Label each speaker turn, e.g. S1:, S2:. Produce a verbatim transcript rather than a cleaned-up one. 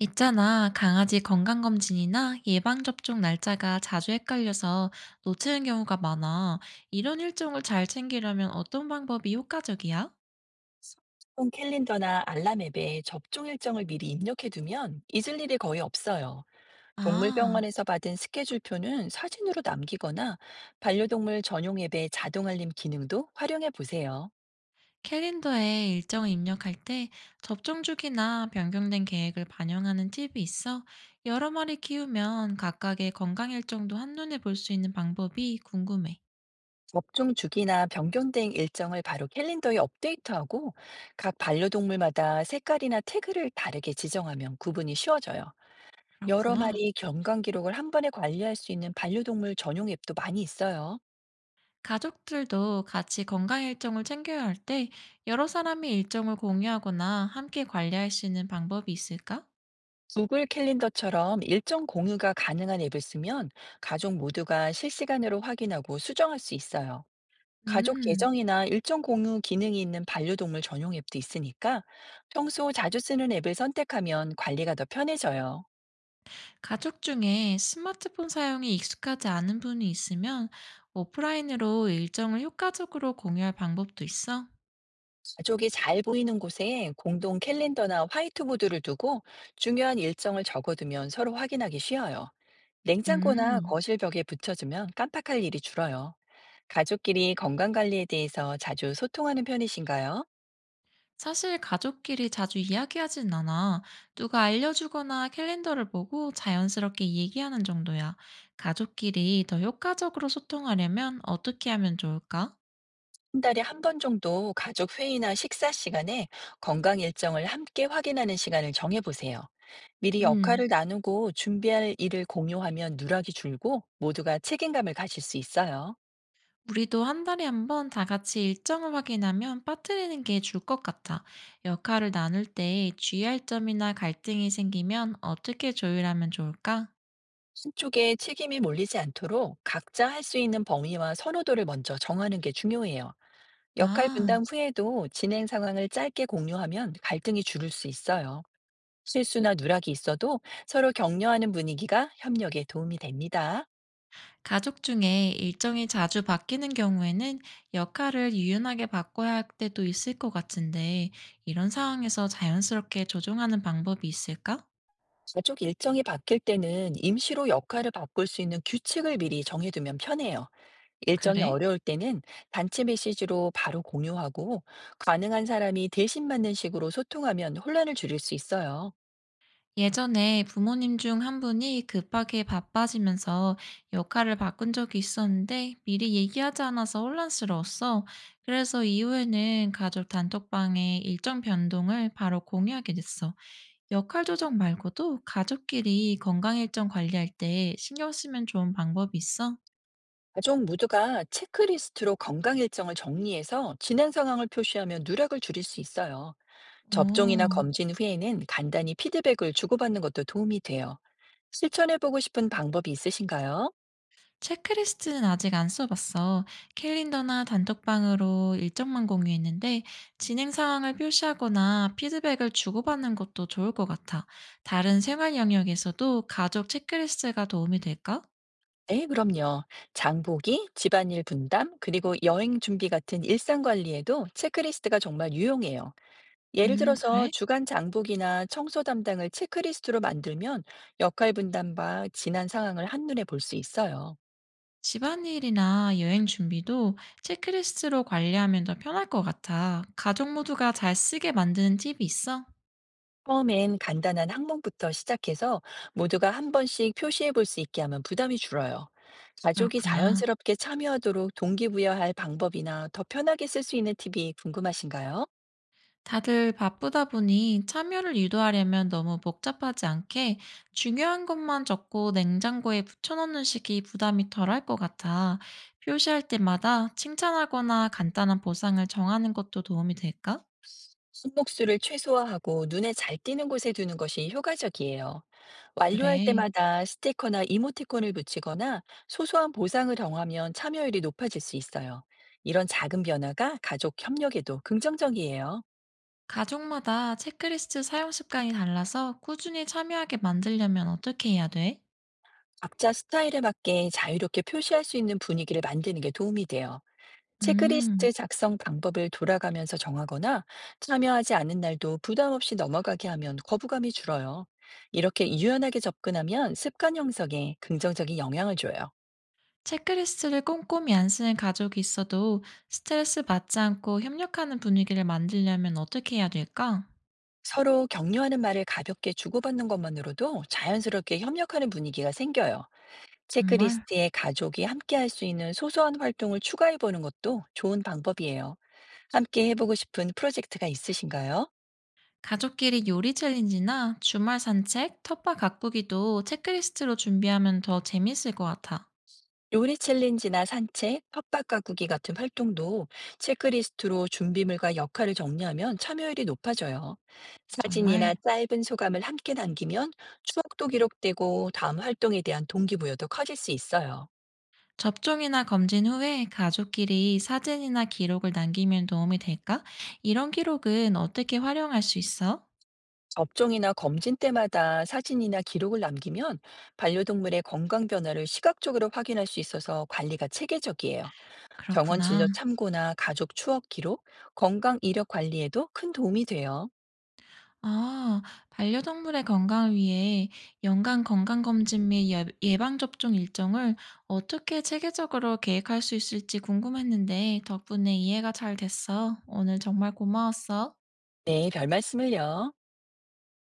S1: 있잖아, 강아지 건강검진이나 예방접종 날짜가 자주 헷갈려서 놓치는 경우가 많아. 이런 일정을 잘 챙기려면 어떤 방법이 효과적이야?
S2: 폰 캘린더나 알람 앱에 접종 일정을 미리 입력해 두면 잊을 일이 거의 없어요.
S1: 아,
S2: 동물병원에서 받은 스케줄표는 사진으로 남기거나 반려동물 전용 앱의 자동 알림 기능도 활용해 보세요.
S1: 캘린더에 일정을 입력할 때 접종 주기나 변경된 계획을 반영하는 팁이 있어? 여러 마리 키우면 각각의 건강 일정도 한눈에 볼 수 있는 방법이 궁금해.
S2: 접종 주기나 변경된 일정을 바로 캘린더에 업데이트하고, 각 반려동물마다 색깔이나 태그를 다르게 지정하면 구분이 쉬워져요. 여러
S1: 그렇구나.
S2: 마리 경강 기록을 한 번에 관리할 수 있는 반려동물 전용 앱도 많이 있어요.
S1: 가족들도 같이 건강 일정을 챙겨야 할 때 여러 사람이 일정을 공유하거나 함께 관리할 수 있는 방법이 있을까?
S2: 구글 캘린더처럼 일정 공유가 가능한 앱을 쓰면 가족 모두가 실시간으로 확인하고 수정할 수 있어요. 가족
S1: 음,
S2: 계정이나 일정 공유 기능이 있는 반려동물 전용 앱도 있으니까, 평소 자주 쓰는 앱을 선택하면 관리가 더 편해져요.
S1: 가족 중에 스마트폰 사용이 익숙하지 않은 분이 있으면 오프라인으로 일정을 효과적으로 공유할 방법도 있어?
S2: 가족이 잘 보이는 곳에 공동 캘린더나 화이트보드를 두고 중요한 일정을 적어두면 서로 확인하기 쉬워요. 냉장고나
S1: 음,
S2: 거실 벽에 붙여주면 깜빡할 일이 줄어요. 가족끼리 건강 관리에 대해서 자주 소통하는 편이신가요?
S1: 사실 가족끼리 자주 이야기하진 않아. 누가 알려주거나 캘린더를 보고 자연스럽게 얘기하는 정도야. 가족끼리 더 효과적으로 소통하려면 어떻게 하면 좋을까?
S2: 한 달에 한 번 정도 가족 회의나 식사 시간에 건강 일정을 함께 확인하는 시간을 정해 보세요. 미리
S1: 음,
S2: 역할을 나누고 준비할 일을 공유하면 누락이 줄고 모두가 책임감을 가질 수 있어요.
S1: 우리도 한 달에 한 번 다 같이 일정을 확인하면 빠뜨리는 게 줄 것 같아. 역할을 나눌 때 주의할 점이나 갈등이 생기면 어떻게 조율하면 좋을까?
S2: 한쪽에 책임이 몰리지 않도록 각자 할 수 있는 범위와 선호도를 먼저 정하는 게 중요해요. 역할 분담
S1: 아,
S2: 후에도 진행 상황을 짧게 공유하면 갈등이 줄을 수 있어요. 실수나 누락이 있어도 서로 격려하는 분위기가 협력에 도움이 됩니다.
S1: 가족 중에 일정이 자주 바뀌는 경우에는 역할을 유연하게 바꿔야 할 때도 있을 것 같은데, 이런 상황에서 자연스럽게 조정하는 방법이 있을까?
S2: 가족 일정이 바뀔 때는 임시로 역할을 바꿀 수 있는 규칙을 미리 정해두면 편해요. 일정이
S1: 그래?
S2: 어려울 때는 단체 메시지로 바로 공유하고, 가능한 사람이 대신 맞는 식으로 소통하면 혼란을 줄일 수 있어요.
S1: 예전에 부모님 중 한 분이 급하게 바빠지면서 역할을 바꾼 적이 있었는데 미리 얘기하지 않아서 혼란스러웠어. 그래서 이후에는 가족 단톡방에 일정 변동을 바로 공유하게 됐어. 역할 조정 말고도 가족끼리 건강 일정 관리할 때 신경 쓰면 좋은 방법이 있어?
S2: 가족 모두가 체크리스트로 건강 일정을 정리해서 진행 상황을 표시하면 누락을 줄일 수 있어요. 접종이나
S1: 어.
S2: 검진 후에는 간단히 피드백을 주고받는 것도 도움이 돼요. 실천해보고 싶은 방법이 있으신가요?
S1: 체크리스트는 아직 안 써봤어. 캘린더나 단톡방으로 일정만 공유했는데 진행 상황을 표시하거나 피드백을 주고받는 것도 좋을 것 같아. 다른 생활 영역에서도 가족 체크리스트가 도움이 될까?
S2: 네, 그럼요. 장보기, 집안일 분담, 그리고 여행 준비 같은 일상 관리에도 체크리스트가 정말 유용해요. 예를
S1: 음,
S2: 들어서
S1: 그래?
S2: 주간 장보기나 청소 담당을 체크리스트로 만들면 역할 분담과 지난 상황을 한눈에 볼 수 있어요.
S1: 집안일이나 여행 준비도 체크리스트로 관리하면 더 편할 것 같아. 가족 모두가 잘 쓰게 만드는 팁이 있어?
S2: 처음엔 간단한 항목부터 시작해서 모두가 한 번씩 표시해 볼 수 있게 하면 부담이 줄어요. 가족이
S1: 그렇구나.
S2: 자연스럽게 참여하도록 동기부여할 방법이나 더 편하게 쓸 수 있는 팁이 궁금하신가요?
S1: 다들 바쁘다 보니 참여를 유도하려면 너무 복잡하지 않게 중요한 것만 적고 냉장고에 붙여놓는 식이 부담이 덜할 것 같아. 표시할 때마다 칭찬하거나 간단한 보상을 정하는 것도 도움이 될까?
S2: 손목수를 최소화하고 눈에 잘 띄는 곳에 두는 것이 효과적이에요. 완료할
S1: 그래.
S2: 때마다 스티커나 이모티콘을 붙이거나 소소한 보상을 정하면 참여율이 높아질 수 있어요. 이런 작은 변화가 가족 협력에도 긍정적이에요.
S1: 가족마다 체크리스트 사용 습관이 달라서 꾸준히 참여하게 만들려면 어떻게 해야 돼?
S2: 각자 스타일에 맞게 자유롭게 표시할 수 있는 분위기를 만드는 게 도움이 돼요.
S1: 음,
S2: 체크리스트 작성 방법을 돌아가면서 정하거나, 참여하지 않은 날도 부담 없이 넘어가게 하면 거부감이 줄어요. 이렇게 유연하게 접근하면 습관 형성에 긍정적인 영향을 줘요.
S1: 체크리스트를 꼼꼼히 안 쓰는 가족이 있어도 스트레스 받지 않고 협력하는 분위기를 만들려면 어떻게 해야 될까?
S2: 서로 격려하는 말을 가볍게 주고받는 것만으로도 자연스럽게 협력하는 분위기가 생겨요.
S1: 정말?
S2: 체크리스트에 가족이 함께 할 수 있는 소소한 활동을 추가해보는 것도 좋은 방법이에요. 함께 해보고 싶은 프로젝트가 있으신가요?
S1: 가족끼리 요리 챌린지나 주말 산책, 텃밭 가꾸기도 체크리스트로 준비하면 더 재밌을 것 같아.
S2: 요리 챌린지나 산책, 텃밭 가꾸기 같은 활동도 체크리스트로 준비물과 역할을 정리하면 참여율이 높아져요.
S1: 정말?
S2: 사진이나 짧은 소감을 함께 남기면 추억도 기록되고 다음 활동에 대한 동기부여도 커질 수 있어요.
S1: 접종이나 검진 후에 가족끼리 사진이나 기록을 남기면 도움이 될까? 이런 기록은 어떻게 활용할 수 있어?
S2: 접종이나 검진 때마다 사진이나 기록을 남기면 반려동물의 건강 변화를 시각적으로 확인할 수 있어서 관리가 체계적이에요. 병원
S1: 그렇구나.
S2: 진료 참고나 가족 추억 기록, 건강 이력 관리에도 큰 도움이 돼요.
S1: 아, 반려동물의 건강을 위해 연간 건강검진 및 예- 예방접종 일정을 어떻게 체계적으로 계획할 수 있을지 궁금했는데 덕분에 이해가 잘 됐어. 오늘 정말 고마웠어.
S2: 네, 별 말씀을요.